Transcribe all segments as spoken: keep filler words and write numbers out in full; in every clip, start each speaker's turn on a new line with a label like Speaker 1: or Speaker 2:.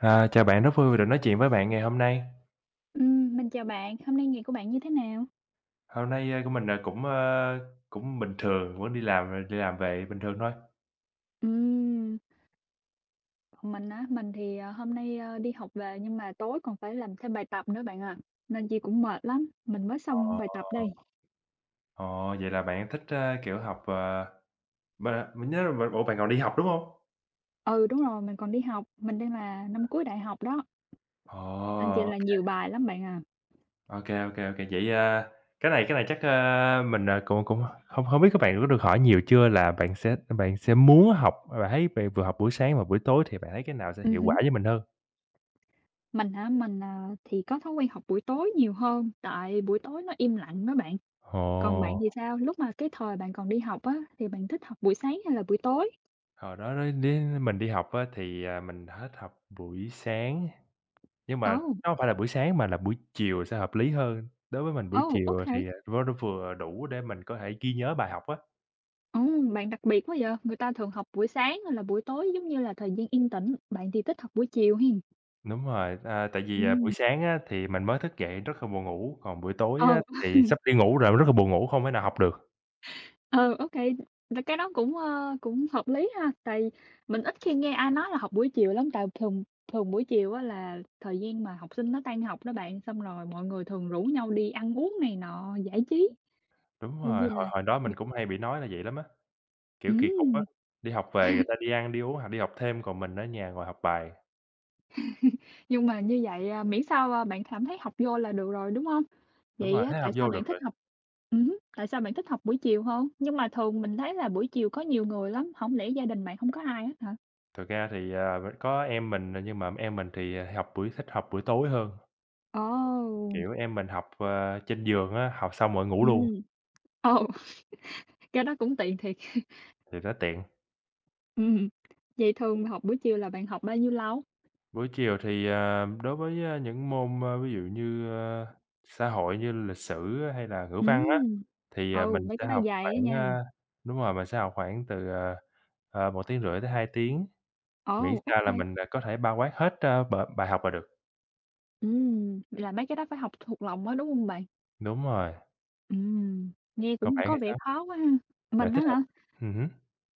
Speaker 1: À, chào bạn, rất vui vì được nói chuyện với bạn ngày hôm nay.
Speaker 2: Ừm, mình chào bạn, hôm nay ngày của bạn như thế nào?
Speaker 1: Hôm nay, ơ, của mình, ờ, cũng, ơ, cũng bình thường, vẫn đi làm ờ, đi làm về bình thường thôi.
Speaker 2: Ừm, Còn mình á, mình thì, ờ, hôm nay, ơ, đi học về nhưng mà tối còn phải làm thêm bài tập nữa bạn à, nên chị cũng mệt lắm, mình mới xong
Speaker 1: Ờ,
Speaker 2: bài tập đây.
Speaker 1: ờ, vậy là bạn thích, ơ, kiểu, học, ờ, b mình nhớ b ủa, bạn còn đi học, đúng không?
Speaker 2: Ừ, đúng rồi, mình còn đi học, mình đang là năm cuối đại học đó,
Speaker 1: Ờ,
Speaker 2: nên chị là nhiều bài lắm bạn à.
Speaker 1: ok ok. ô Vậy, a, cái này cái này chắc, ơ, mình, ờ, cũng cũng không không biết các bạn có được hỏi nhiều chưa là bạn sẽ bạn sẽ muốn học bạn thấy bạn vừa học buổi sáng và buổi tối thì bạn thấy cái nào sẽ
Speaker 2: Ừm
Speaker 1: hiệu quả
Speaker 2: hứm,
Speaker 1: với mình hơn?
Speaker 2: mình hả, mình, ờ, thì có thói quen học buổi tối nhiều hơn, tại buổi tối nó im lặng đó bạn. Còn bạn
Speaker 1: Ồ.
Speaker 2: thì sao? Lúc mà cái thời bạn còn đi học á, thì bạn thích học buổi sáng hay là buổi tối?
Speaker 1: Hồi đó đó đến mình đi học á thì, à, mình hết học buổi sáng, nhưng mà
Speaker 2: Oh,
Speaker 1: nó hông phải là buổi sáng mà là buổi chiều sẽ hợp lý hơn. Đối với mình buổi
Speaker 2: oh,
Speaker 1: chiều thì,
Speaker 2: OK.
Speaker 1: à, vó nó vừa đủ để mình có thể ghi nhớ bài học á.
Speaker 2: Ồ, bạn đặc biệt quá vậy! Người ta thường học buổi sáng hay là buổi tối, giống như là thời gian yên tĩnh, bạn thì thích học buổi chiều hen.
Speaker 1: Đúng rồi, à, tại vì, à, buổi
Speaker 2: Ừm.
Speaker 1: sáng á thì mình mới thức dậy rất là buồn ngủ, còn buổi
Speaker 2: Ờ,
Speaker 1: tối á thì sắp đi ngủ rồi rất là buồn ngủ, không thể nào học được.
Speaker 2: ờ, OK, là cái đó cũng, ơ, cũng hợp lý ha, tại mình ít khi nghe ai nói là học buổi chiều lắm, tại thường thường buổi chiều á là thời gian mà học sinh nó tan học đó bạn, xong rồi mọi người thường rủ nhau đi ăn uống này nọ, giải trí,
Speaker 1: Đúng
Speaker 2: nên
Speaker 1: rồi,
Speaker 2: như
Speaker 1: hồi
Speaker 2: là
Speaker 1: hồi đó mình cũng hay bị nói là vậy lắm á, kiểu, kỳ cục á,
Speaker 2: ừm.
Speaker 1: đi học về người ta đi ăn, đi uống hoặc đi học thêm, còn mình ở nhà ngồi học bài.
Speaker 2: Nhưng mà như vậy, à, miễn sao, a, bạn cảm thấy học vô là được rồi, đúng không?
Speaker 1: Đúng
Speaker 2: Vậy
Speaker 1: rồi,
Speaker 2: á,
Speaker 1: thế
Speaker 2: tại
Speaker 1: học
Speaker 2: sao
Speaker 1: vô
Speaker 2: bạn
Speaker 1: được
Speaker 2: thích
Speaker 1: rồi.
Speaker 2: học ừm tại sao bạn thích học buổi chiều hơn? Nhưng mà thường mình thấy là buổi chiều có nhiều người lắm, không lẽ gia đình bạn không có ai hết hả?
Speaker 1: Thực ra thì, à, v có em mình, à, nhưng mà em mình thì, à, học buổi thích học buổi tối hơn,
Speaker 2: Ồ!
Speaker 1: kiểu, em mình học, ờ, trên giường á, học xong rồi ngủ luôn
Speaker 2: Ừm. Ồ, cái đó cũng tiện thiệt.
Speaker 1: thì nó tiện.
Speaker 2: Ừm, Vậy thường học buổi chiều là bạn học bao nhiêu lâu?
Speaker 1: Buổi chiều thì, à, đối với, a, những môn, a, ví dụ như, ơ, xã hội như lịch sử hay là ngữ
Speaker 2: Ừm,
Speaker 1: văn á,
Speaker 2: ừ.
Speaker 1: thì, à,
Speaker 2: Ồ,
Speaker 1: mình
Speaker 2: mấy cái
Speaker 1: sẽ
Speaker 2: đó
Speaker 1: học
Speaker 2: dài á
Speaker 1: khoảng,
Speaker 2: nha.
Speaker 1: a đúng rồi, mình sẽ học khoảng từ, ờ, ờ, một phẩy năm tiếng rưỡi tới hai tiếng, miễn
Speaker 2: Ồ, ok
Speaker 1: sao là
Speaker 2: kê.
Speaker 1: mình, à, có thể bao quát hết, a, b bài học là được.
Speaker 2: Vậy là mấy cái đó phải học thuộc lòng á, đúng không bạn?
Speaker 1: Đúng rồi,
Speaker 2: Ừm, nghe
Speaker 1: còn
Speaker 2: cũng
Speaker 1: bạn
Speaker 2: có
Speaker 1: thì
Speaker 2: vẻ
Speaker 1: sao?
Speaker 2: khó quá ha.
Speaker 1: Bạn
Speaker 2: Mình á
Speaker 1: thích học?
Speaker 2: hả?
Speaker 1: Ừm hứm.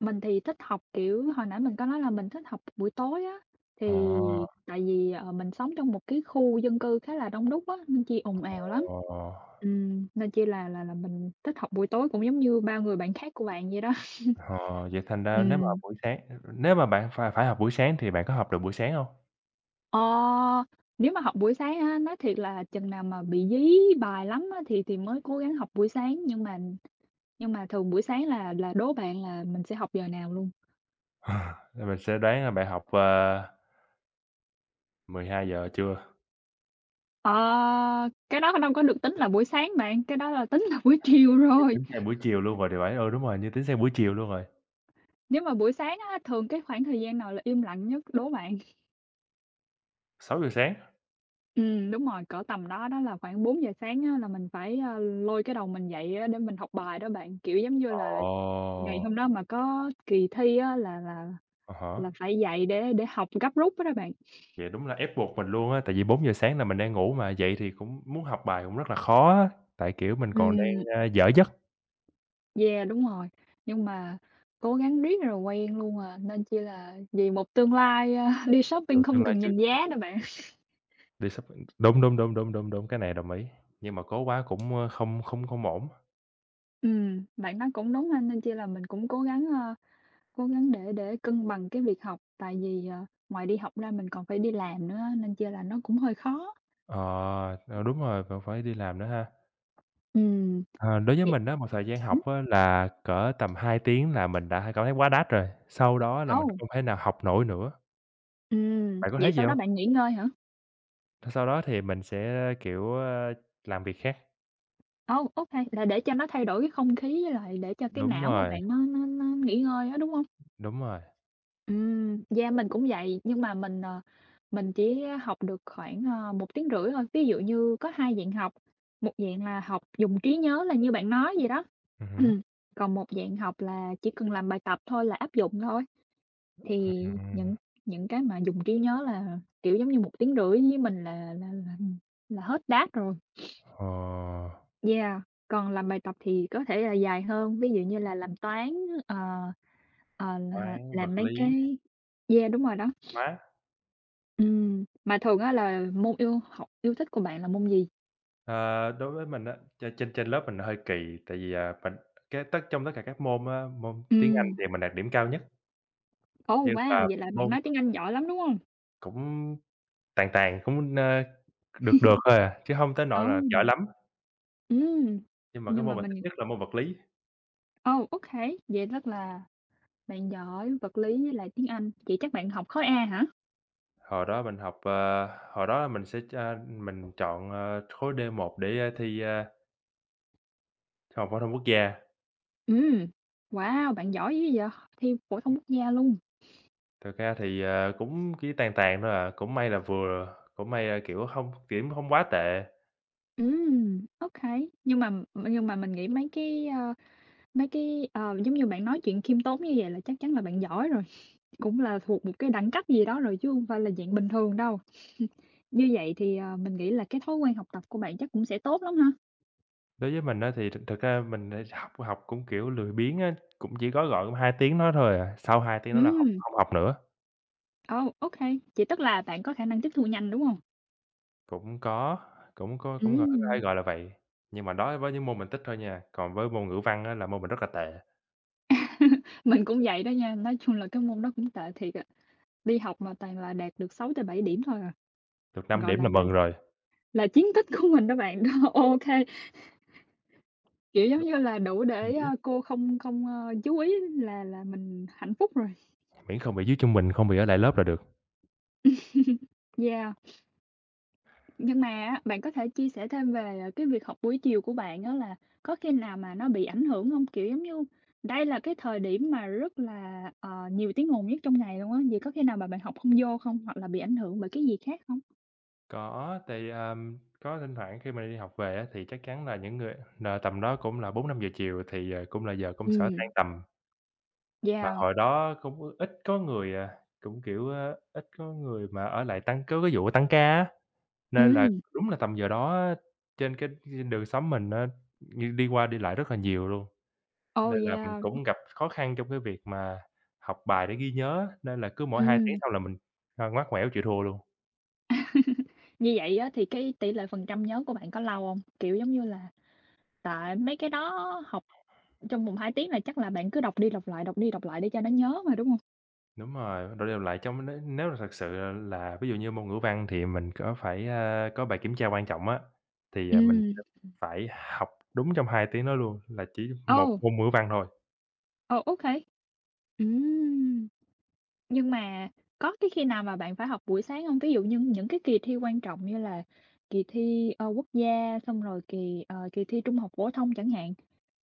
Speaker 2: Mình thì thích học, kiểu, hồi nãy mình có nói là mình thích học buổi tối á, thì tại vì, ờ, mình sống trong một cái khu dân cư khá là đông đúc á, nên chi ồn ào lắm.
Speaker 1: Ồ!
Speaker 2: Ừm, nên chi là là là mình thích học buổi tối cũng giống như bao người bạn khác của bạn vậy đó.
Speaker 1: Ờ, vậy thành ra nếu mà
Speaker 2: Ừm.
Speaker 1: buổi sáng nếu mà bạn phải phải học buổi sáng thì bạn có học được buổi sáng hông?
Speaker 2: Ờ, nếu mà học buổi sáng á, nói thiệt là chừng nào mà bị dí bài lắm á thì thì mới cố gắng học buổi sáng, nhưng mà nhưng mà thường buổi sáng là là đố bạn là mình sẽ học giờ nào luôn.
Speaker 1: Thì mình sẽ đoán là bạn học, ờ, mười hai giờ trưa,
Speaker 2: Ờ, cái đó đâu có được tính là buổi sáng bạn, cái đó là tính là buổi chiều
Speaker 1: giờ
Speaker 2: rồi.
Speaker 1: tính sang buổi chiều luôn rồi thì phải. Ừ, đúng rồi, như tính sang buổi chiều luôn rồi,
Speaker 2: Nếu mà buổi sáng á, thường cái khoảng thời gian nào là im lặng nhất đố bạn?
Speaker 1: sáu giờ sáng.
Speaker 2: Ừm, đúng rồi, cỡ tầm đó đó là khoảng bốn giờ sáng á, là mình phải, a, lôi cái đầu mình dậy á, để mình học bài đó bạn. Kiểu, giống như là, ngày
Speaker 1: Ồ!
Speaker 2: hôm đó mà có kỳ thi á, là là
Speaker 1: À há,
Speaker 2: là phải dậy để để học gấp rút đó đó bạn.
Speaker 1: vậy đúng là ép buộc mình luôn á, tại vì bốn giờ sáng là mình đang ngủ mà, dậy thì cũng muốn học bài cũng rất là khó á, tại, kiểu, mình còn đang,
Speaker 2: Ừm,
Speaker 1: a, dở giấc,
Speaker 2: yeah, đúng rồi, nhưng mà cố gắng riết rồi quen luôn à, nên chỉ là vì một tương lai, a, đi shopping
Speaker 1: kiểu, tương
Speaker 2: không cần
Speaker 1: lai chưa
Speaker 2: nhìn giá đó bạn.
Speaker 1: đi sắp đúng, đúng, đúng, đúng, đúng, đúng, cái này đồng ý, nhưng mà cố quá cũng, ơ, không không không ổn.
Speaker 2: Ừm, bạn nói cũng đúng anh nên chi là mình cũng cố gắng, ơ, cố gắng để để cân bằng cái việc học, tại vì, ờ, ngoài đi học ra mình còn phải đi làm nữa nên chi là nó cũng hơi khó.
Speaker 1: Ờ, ờ, đúng rồi, vẫn phải đi làm nữa ha.
Speaker 2: Ừm,
Speaker 1: Ờ, đối với
Speaker 2: vậy
Speaker 1: mình á, một thời gian
Speaker 2: ừm,
Speaker 1: học á là cỡ tầm hai tiếng là mình đã cảm thấy quá đắt rồi, sau đó là
Speaker 2: ồ,
Speaker 1: mình không thể nào học nổi nữa.
Speaker 2: ừm,
Speaker 1: Bạn có
Speaker 2: Vậy
Speaker 1: thấy gì
Speaker 2: sau đó
Speaker 1: hông?
Speaker 2: bạn nghỉ ngơi hả?
Speaker 1: Sau đó thì mình sẽ, kiểu, ơ, làm việc khác.
Speaker 2: Oh, OK, là để cho nó thay đổi cái không khí với lại để cho cái
Speaker 1: Đúng
Speaker 2: não của
Speaker 1: rồi,
Speaker 2: bạn nó nó nó nghỉ ngơi á, đúng không?
Speaker 1: đúng rồi.
Speaker 2: Ừm, yeah, mình cũng vậy, nhưng mà mình, ờ, mình chỉ học được khoảng, ờ, một phẩy năm tiếng rưỡi thôi. Ví dụ như có hai dạng học, một dạng là học dùng trí nhớ là như bạn nói vậy đó,
Speaker 1: Ừm hứm.
Speaker 2: còn một dạng học là chỉ cần làm bài tập thôi là áp dụng thôi. Thì
Speaker 1: Ừm,
Speaker 2: những những cái mà dùng trí nhớ là, kiểu, giống như một tiếng rưỡi với mình là là là là hết đát rồi.
Speaker 1: ờ,
Speaker 2: Yeah, còn làm bài tập thì có thể là dài hơn, ví dụ như là làm toán, ờ, ờ, là
Speaker 1: toán,
Speaker 2: làm
Speaker 1: vật
Speaker 2: mấy
Speaker 1: lý,
Speaker 2: cái yeah, đúng rồi đó.
Speaker 1: hóa.
Speaker 2: Ừm, mà thường á là môn yêu học yêu thích của bạn là môn gì?
Speaker 1: Ờ, đối với mình á, ch trên trên lớp mình hơi kỳ, tại vì, à, mình cái tất trong tất cả các môn á, môn tiếng Anh
Speaker 2: Ừm,
Speaker 1: thì mình đạt điểm cao nhất,
Speaker 2: oh
Speaker 1: nhưng
Speaker 2: wow,
Speaker 1: mà
Speaker 2: vậy là bạn
Speaker 1: môn
Speaker 2: nói tiếng Anh giỏi lắm, đúng hông?
Speaker 1: cũng Tàn tàn, cũng, ơ, được được thôi à, chứ hông tới
Speaker 2: Ồ,
Speaker 1: nỗi là giỏi lắm,
Speaker 2: ừm,
Speaker 1: nhưng mà cái
Speaker 2: nhưng mà
Speaker 1: môn mình thích
Speaker 2: mình
Speaker 1: nhất là môn vật lý.
Speaker 2: ồ, ô vậy tức là bạn giỏi vật lý với lại tiếng Anh, vậy chắc bạn học khối A hả?
Speaker 1: Hồi đó mình học, ờ, hồi đó mình sẽ ch Mình chọn, ờ, khối đê một để, a, thi, a, Trung học phổ thông quốc gia.
Speaker 2: Ừm, wow, bạn giỏi dữ vậy, thi phổ thông quốc gia luôn.
Speaker 1: Thực ra thì, ờ, cũng chỉ tàn tàn thôi à, cũng may là vừa, cũng may là, kiểu, hông điểm hông quá tệ.
Speaker 2: Ừm, ô Nhưng mà nhưng mà mình nghĩ mấy cái, ơ, mấy cái, ờ, giống như bạn nói chuyện khiêm tốn như vậy là chắc chắn là bạn giỏi rồi, cũng là thuộc một cái đẳng cấp gì đó rồi chứ hông phải là dạng bình thường đâu. Như vậy thì, ờ, mình nghĩ là cái thói quen học tập của bạn chắc cũng sẽ tốt lắm ha?
Speaker 1: Đối với mình á thì thực thực ra mình lại học học cũng, kiểu, lười biếng á, cũng chỉ gói gọn cũng hai tiếng đó thôi à, sau hai tiếng đó là không
Speaker 2: Ừm,
Speaker 1: không học nữa.
Speaker 2: ồ, ô kê, tức là bạn có khả năng tiếp thu nhanh, đúng không?
Speaker 1: Cũng có, cũng có cũng có có thể
Speaker 2: Ừm,
Speaker 1: gọi là vậy, nhưng mà đó với những môn mình thích thôi nha, còn với môn ngữ văn á là môn mình rất là tệ,
Speaker 2: mình cũng vậy đó nha, nói chung là cái môn đó cũng tệ thiệt à, đi học mà toàn là đạt được sáu tới bảy điểm thôi à,
Speaker 1: được năm
Speaker 2: gọi
Speaker 1: điểm
Speaker 2: là
Speaker 1: là
Speaker 2: là
Speaker 1: mừng rồi.
Speaker 2: là chiến tích của mình đó bạn, đó, ô kiểu, giống
Speaker 1: Đúng,
Speaker 2: như là đủ
Speaker 1: ừm
Speaker 2: để,
Speaker 1: hứm,
Speaker 2: a, cô không không, ơ, chú ý là là mình hạnh phúc rồi,
Speaker 1: miễn không bị dưới trung bình, không bị ở lại lớp là được.
Speaker 2: yeah. Nhưng mà á, bạn có thể chia sẻ thêm về, ờ, cái việc học buổi chiều của bạn đó là có khi nào mà nó bị ảnh hưởng không? Kiểu, giống như, đây là cái thời điểm mà rất là, ờ, nhiều tiếng ồn nhất trong ngày luôn á, vậy có khi nào mà bạn học không vô không? Hoặc là bị ảnh hưởng bởi cái gì khác không?
Speaker 1: Có, thì, ờm, có thỉnh thoảng khi mà đi học về á thì chắc chắn là những người là tầm đó cũng là bốn năm giờ chiều thì, ờ, cũng là giờ công sở tan
Speaker 2: Ừm.
Speaker 1: tầm, mà
Speaker 2: Yeah.
Speaker 1: hồi đó cũng ít có người, à, cũng, kiểu, ơ, ít có người mà ở lại tăng có cái vụ tăng ca á. Nên là
Speaker 2: Ừm,
Speaker 1: đúng là tầm giờ đó á, trên cái trên đường xóm mình á, như đi qua đi lại rất là nhiều luôn,
Speaker 2: oh,
Speaker 1: nên là mình
Speaker 2: yeah.
Speaker 1: cũng gặp khó khăn trong cái việc mà học bài để ghi nhớ nên là cứ mỗi hai tiếng
Speaker 2: Ừm,
Speaker 1: sau là mình, a, ngoắt ngoẻo chịu thua luôn.
Speaker 2: như vậy á thì cái tỷ lệ phần trăm nhớ của bạn có lâu không? Kiểu, giống như là, tại mấy cái đó học trong vòng hai tiếng là chắc là bạn cứ đọc đi đọc lại, đọc đi đọc lại để cho nó nhớ mà, đúng không?
Speaker 1: Đúng rồi, đổi đều lại trong nếu nếu là thật sự là ví dụ như môn ngữ văn thì mình có phải, a, có bài kiểm tra quan trọng á, thì, à, mình sẽ
Speaker 2: Ừm.
Speaker 1: phải học đúng trong hai tiếng đó luôn, là chỉ một
Speaker 2: Oh,
Speaker 1: môn ngữ văn thôi.
Speaker 2: ồ, okay. Ừm. Nhưng mà có cái khi nào mà bạn phải học buổi sáng hông? Ví dụ như những cái kỳ thi quan trọng như là kỳ thi, ờ, quốc gia, xong rồi kỳ, ờ, kỳ thi trung học phổ thông chẳng hạn,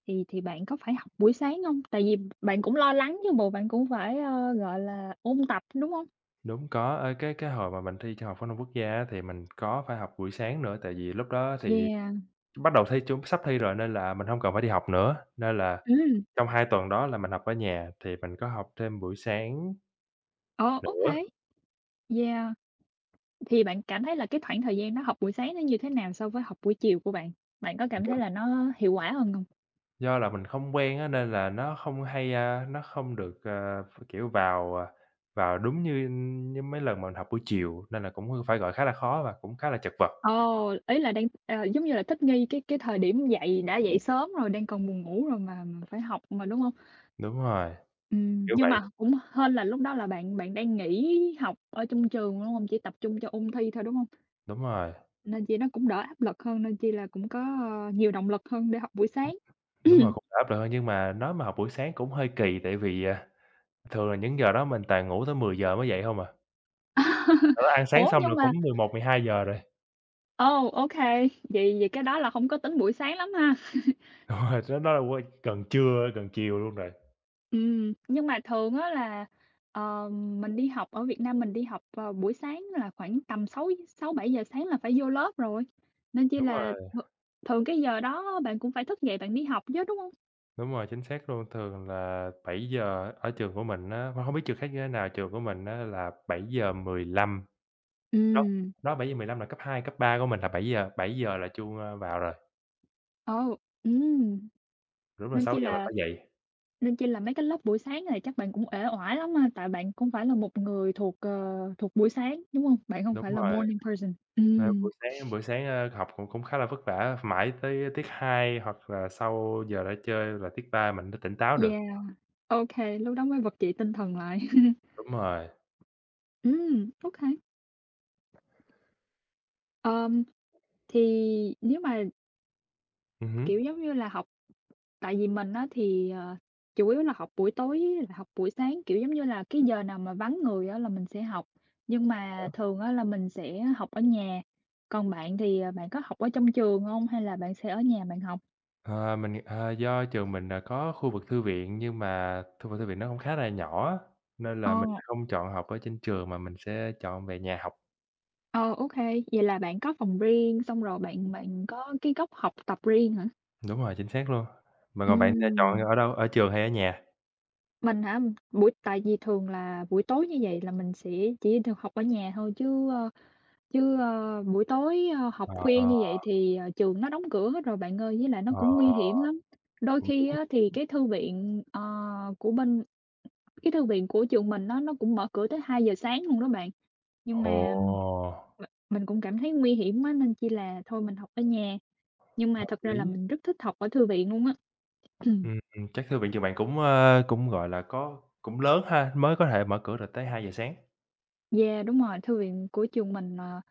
Speaker 2: thì thì bạn có phải học buổi sáng hông? Tại vì bạn cũng lo lắng chứ bộ, bạn cũng phải, ơ, gọi là, ôn tập, đúng hông?
Speaker 1: Đúng, có, ơ, cái cái hồi mà mình thi Trung học phổ thông quốc gia á thì mình có phải học buổi sáng nữa, tại vì lúc đó thì
Speaker 2: Yeah,
Speaker 1: bắt đầu thi chung sắp thi rồi nên là mình hông cần phải đi học nữa. Nên là
Speaker 2: ừm,
Speaker 1: trong hai tuần đó là mình học ở nhà thì mình có học thêm buổi sáng
Speaker 2: ờ, ô kê.
Speaker 1: nữa,
Speaker 2: Yeah, thì bạn cảm thấy là cái khoảng thời gian đó học buổi sáng nó như thế nào so với học buổi chiều của bạn? Bạn có
Speaker 1: mình
Speaker 2: cảm thấy
Speaker 1: cảm
Speaker 2: là nó hiệu quả hơn hông?
Speaker 1: do là mình không quen á nên là nó không hay, a, nó không được, ờ, ph kiểu, vào, à, vào đúng như như mấy lần mà mình học buổi chiều, nên là cũng phải, gọi, khá là khó và cũng khá là chật vật.
Speaker 2: Ồ, ý là đang, ờ, giống như là, thích nghi cái cái thời điểm dậy đã dậy sớm rồi, đang còn buồn ngủ rồi mà mà phải học mà, đúng hông?
Speaker 1: Đúng rồi,
Speaker 2: Ừm,
Speaker 1: kiểu
Speaker 2: nhưng
Speaker 1: vậy,
Speaker 2: mà cũng hên là lúc đó là bạn bạn đang nghỉ học ở trong trường, đúng hông? Chỉ tập trung cho ôn thi thôi, đúng hông?
Speaker 1: đúng rồi.
Speaker 2: Nên chi nó cũng đỡ áp lực hơn, nên chi là cũng có, ờ, nhiều động lực hơn để học buổi sáng.
Speaker 1: Đúng rồi, cũng đã áp lực hơn nhưng mà nói mà học buổi sáng cũng hơi kỳ tại vì, à, thường là những giờ đó mình toàn ngủ tới mười giờ mới dậy hông à. Sau đó ăn sáng
Speaker 2: Ủa,
Speaker 1: xong
Speaker 2: nhưng
Speaker 1: là cũng
Speaker 2: mà
Speaker 1: mười một giờ-mười hai giờ rồi,
Speaker 2: ồ, ô kê, vậy vậy cái đó là hông có tính buổi sáng lắm ha?
Speaker 1: đúng rồi, đó đó là qua gần trưa, gần chiều luôn rồi.
Speaker 2: Ừm, nhưng mà thường á là, ờ, mình đi học ở Việt Nam mình đi học vào buổi sáng là khoảng tầm sáu sáu bảy giờ sáng là phải vô lớp rồi, nên chỉ
Speaker 1: Đúng
Speaker 2: là
Speaker 1: rồi,
Speaker 2: th thường cái giờ đó bạn cũng phải thức dậy bạn đi học chứ, đúng hông?
Speaker 1: đúng rồi, chính xác luôn, thường là bảy giờ ở trường của mình á, hông hông biết trường khác như thế nào, trường của mình á là bảy giờ mười lăm, đó,
Speaker 2: Ừm.
Speaker 1: đó, bảy giờ mười lăm là cấp hai cấp ba của mình là bảy giờ, giờ là chuông, ơ, vào rồi,
Speaker 2: Ồ ừm,
Speaker 1: đúng là
Speaker 2: nên
Speaker 1: sáu
Speaker 2: chi
Speaker 1: giờ mình
Speaker 2: là
Speaker 1: phải dậy.
Speaker 2: nên chi là mấy cái lớp buổi sáng này chắc bạn cũng uể oải lắm ha, tại bạn cũng phải là một người thuộc, ờ, thuộc buổi sáng, đúng hông? Bạn hông
Speaker 1: Đúng
Speaker 2: phải là
Speaker 1: rồi.
Speaker 2: morning person.
Speaker 1: Ờ,
Speaker 2: Ừm.
Speaker 1: buổi sáng buổi sáng, ơ, học cũng cũng khá là vất vả, mãi tới tiết hai hoặc là sau giờ ra chơi là tiết ba mình mới tỉnh táo được.
Speaker 2: Yeah, OK, lúc đó mới vực dậy tinh thần lại.
Speaker 1: Đúng rồi,
Speaker 2: Ừm, OK. Ờm Thì nếu mà,
Speaker 1: ừm hứm.
Speaker 2: kiểu, giống như là, học tại vì mình á thì, ờ, chủ yếu là học buổi tối với lại học buổi sáng, kiểu, giống như là, cái giờ nào mà vắng người á là mình sẽ học, nhưng mà
Speaker 1: Hiểu.
Speaker 2: thường á là mình sẽ học ở nhà. Còn bạn thì, ờ, bạn có học ở trong trường không hay là bạn sẽ ở nhà bạn học?
Speaker 1: Ờ, mình nghĩ ờ, do trường mình, à, có khu vực thư viện nhưng mà khu vực thư viện nó cũng khá là nhỏ á, nên
Speaker 2: Ờ,
Speaker 1: là mình không chọn học ở trên trường mà mình sẽ chọn về nhà học.
Speaker 2: ờ, ok, vậy là bạn có phòng riêng xong rồi bạn bạn có cái góc học tập riêng hả?
Speaker 1: Đúng rồi, chính xác luôn. Mà còn bạn, à, chọn
Speaker 2: Ừm.
Speaker 1: ở đâu, ở trường hay ở nhà?
Speaker 2: Mình hả? Buổi tại vì thường là buổi tối như vậy là mình sẽ chỉ được học ở nhà thôi chứ, ơ, chứ, ơ, buổi tối, ơ, học khuya
Speaker 1: Ờ,
Speaker 2: như vậy thì, ờ, trường nó đóng cửa hết rồi bạn ơi, với lại nó
Speaker 1: ờ,
Speaker 2: cũng nguy hiểm lắm. Đôi
Speaker 1: cũng
Speaker 2: khi
Speaker 1: đúng.
Speaker 2: á thì cái thư viện, ờ, của bên cái thư viện của trường mình nó nó cũng mở cửa tới hai giờ sáng luôn đó bạn, nhưng
Speaker 1: Ồ,
Speaker 2: mà m mình cũng cảm thấy nguy hiểm quá nên chỉ là thôi mình học ở nhà, nhưng mà thật ra là
Speaker 1: lý.
Speaker 2: mình rất thích học ở thư viện luôn á.
Speaker 1: Ừm, ừm, chắc thư viện trường bạn cũng, ơ, cũng, gọi là, có cũng lớn ha, mới có thể mở cửa được tới hai giờ sáng.
Speaker 2: Yeah, đúng rồi, thư viện của trường mình, ờ,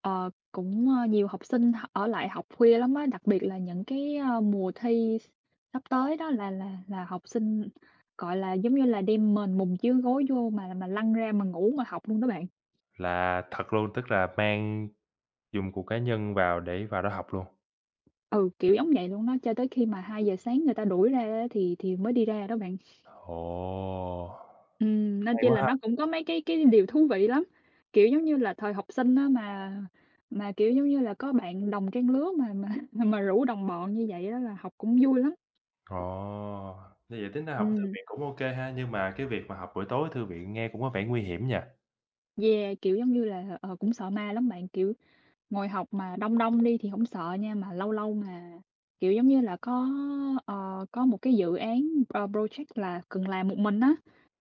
Speaker 2: ờ, cũng, ơ, nhiều học sinh h ở lại học khuya lắm á, đặc biệt là những cái, ơ, mùa thi sắp tới đó là là là học sinh, gọi là, giống như là, đem mền mùng chiếu gối vô mà mà lăn ra mà ngủ mà học luôn đó bạn.
Speaker 1: Là thật luôn, tức là mang dụng cụ cá nhân vào để vào đó học luôn.
Speaker 2: Ừ, kiểu giống vậy luôn đó, cho tới khi mà hai giờ sáng người ta đuổi ra á thì thì mới đi ra đó bạn.
Speaker 1: Ồ!
Speaker 2: Ừm, nên
Speaker 1: Hay
Speaker 2: chi
Speaker 1: quá
Speaker 2: là nó
Speaker 1: ha!
Speaker 2: cũng có mấy cái cái điều thú vị lắm, kiểu, giống như là thời học sinh á mà mà, kiểu, giống như là, có bạn đồng trang lứa mà mà mà rủ đồng bọn như vậy đó là học cũng vui lắm.
Speaker 1: Ồ! Như vậy tính ra học ở thư
Speaker 2: Ừm,
Speaker 1: viện cũng ô kê ha, nhưng mà cái việc mà học buổi tối ở thư viện nghe cũng có vẻ nguy hiểm nhỉ?
Speaker 2: yeah, kiểu, giống như là, ờ, cũng sợ ma lắm bạn, kiểu, ngồi học mà đông đông đi thì không sợ nha, mà lâu lâu mà, kiểu, giống như là, có, ờ, có một cái dự án, ờ, project là cần làm một mình á,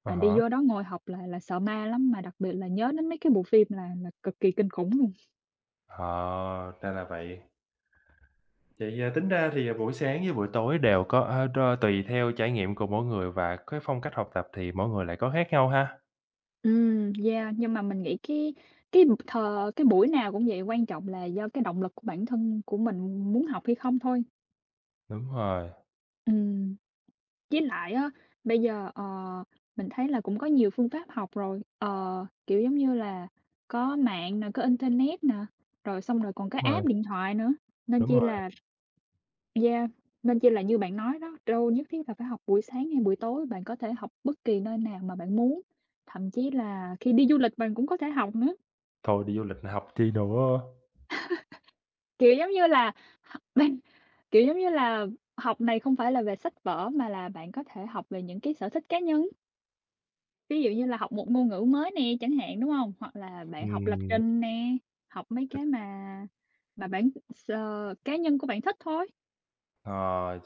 Speaker 1: À
Speaker 2: mà đi
Speaker 1: há,
Speaker 2: vô đó ngồi học là là sợ ma lắm, mà đặc biệt là nhớ đến mấy cái bộ phim là là cực kỳ kinh khủng.
Speaker 1: ờ, ra là vậy. Vậy, à, tính ra thì, à, buổi sáng với buổi tối đều có a, đo tùy theo trải nghiệm của mỗi người và cái phong cách học tập thì mỗi người lại có khác nhau ha.
Speaker 2: Ừm, yeah, nhưng mà mình nghĩ cái cái thờ cái buổi nào cũng vậy, quan trọng là do cái động lực của bản thân của mình muốn học hay không thôi.
Speaker 1: Đúng rồi.
Speaker 2: Ừm, với lại á, bây giờ, ờ, mình thấy là cũng có nhiều phương pháp học rồi, ờ, kiểu, giống như là có mạng nè, có internet nè, rồi xong rồi còn có
Speaker 1: Đúng rồi,
Speaker 2: app điện thoại nữa, nên
Speaker 1: đúng
Speaker 2: chi
Speaker 1: rồi.
Speaker 2: là yeah, nên chi là như bạn nói đó, đâu nhất thiết là phải học buổi sáng hay buổi tối, bạn có thể học bất kỳ nơi nào mà bạn muốn, thậm chí là khi đi du lịch bạn cũng có thể học nữa.
Speaker 1: Thôi đi du lịch là học chi nữa.
Speaker 2: Kiểu, giống như là, h bên Kiểu, giống như là, học này không phải là về sách vở mà là bạn có thể học về những cái sở thích cá nhân, ví dụ như là học một ngôn ngữ mới nè chẳng hạn, đúng không? Hoặc là bạn học lập
Speaker 1: Ừm.
Speaker 2: trình nè, học mấy cái mà mà bạn ờ, cá nhân của bạn thích thôi.
Speaker 1: Ờ,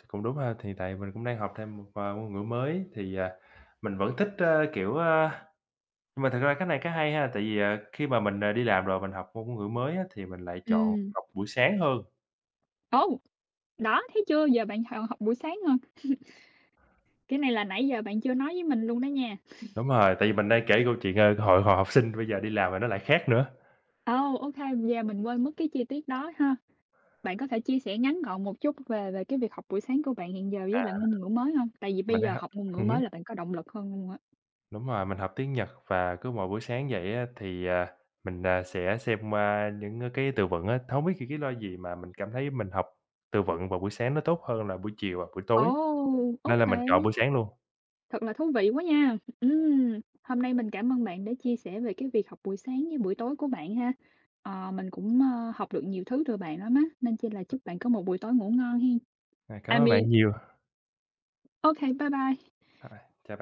Speaker 1: cũng đúng ha, thì tại mình cũng đang học thêm một, ờ, ngôn ngữ mới thì, à, mình vẫn thích, ơ, kiểu, ơ nhưng mà thật ra cái này cái hay ha, tại vì, à, khi mà mình, à, đi làm rồi mình học ngôn ngôn ngữ mới á, thì mình lại chọn
Speaker 2: Ừ.
Speaker 1: học buổi sáng hơn.
Speaker 2: Ồ! Đó, thấy chưa? Giờ bạn h học buổi sáng hơn, cái này là nãy giờ bạn chưa nói với mình luôn đó nha.
Speaker 1: Đúng rồi, tại vì mình đang kể câu chuyện, ờ, hồi hồi học sinh, bây giờ đi làm rồi nó lại khác nữa.
Speaker 2: Ồ, ô kê, giờ mình quên mất cái chi tiết đó ha. Bạn có thể chia sẻ ngắn gọn một chút về về cái việc học buổi sáng của bạn hiện giờ với lại ngôn ngữ mới không? Tại vì bây
Speaker 1: Mình đang
Speaker 2: giờ
Speaker 1: h
Speaker 2: học ngôn ngữ
Speaker 1: Ừm hứm.
Speaker 2: mới là bạn có động lực hơn luôn á.
Speaker 1: Đúng rồi, mình học tiếng Nhật và cứ mỗi buổi sáng dậy á thì, à, mình, à, sẽ xem qua những, cái từ vựng á. Hông biết vì cái lo gì mà mình cảm thấy mình học từ vựng vào buổi sáng nó tốt hơn là buổi chiều và buổi
Speaker 2: Ồ,
Speaker 1: tối,
Speaker 2: ô
Speaker 1: nên là mình chọn buổi sáng luôn.
Speaker 2: Thật là thú vị quá nha. Ừm, hôm nay mình cảm ơn bạn đã chia sẻ về cái việc học buổi sáng với buổi tối của bạn ha. Ờ, mình cũng, ơ, học được nhiều thứ từ bạn lắm á, nên chi là chúc bạn có một buổi tối ngủ ngon hen.
Speaker 1: À, cảm
Speaker 2: I
Speaker 1: ơn
Speaker 2: mean,
Speaker 1: bạn nhiều.
Speaker 2: ô bye bye.
Speaker 1: À, chào bạn.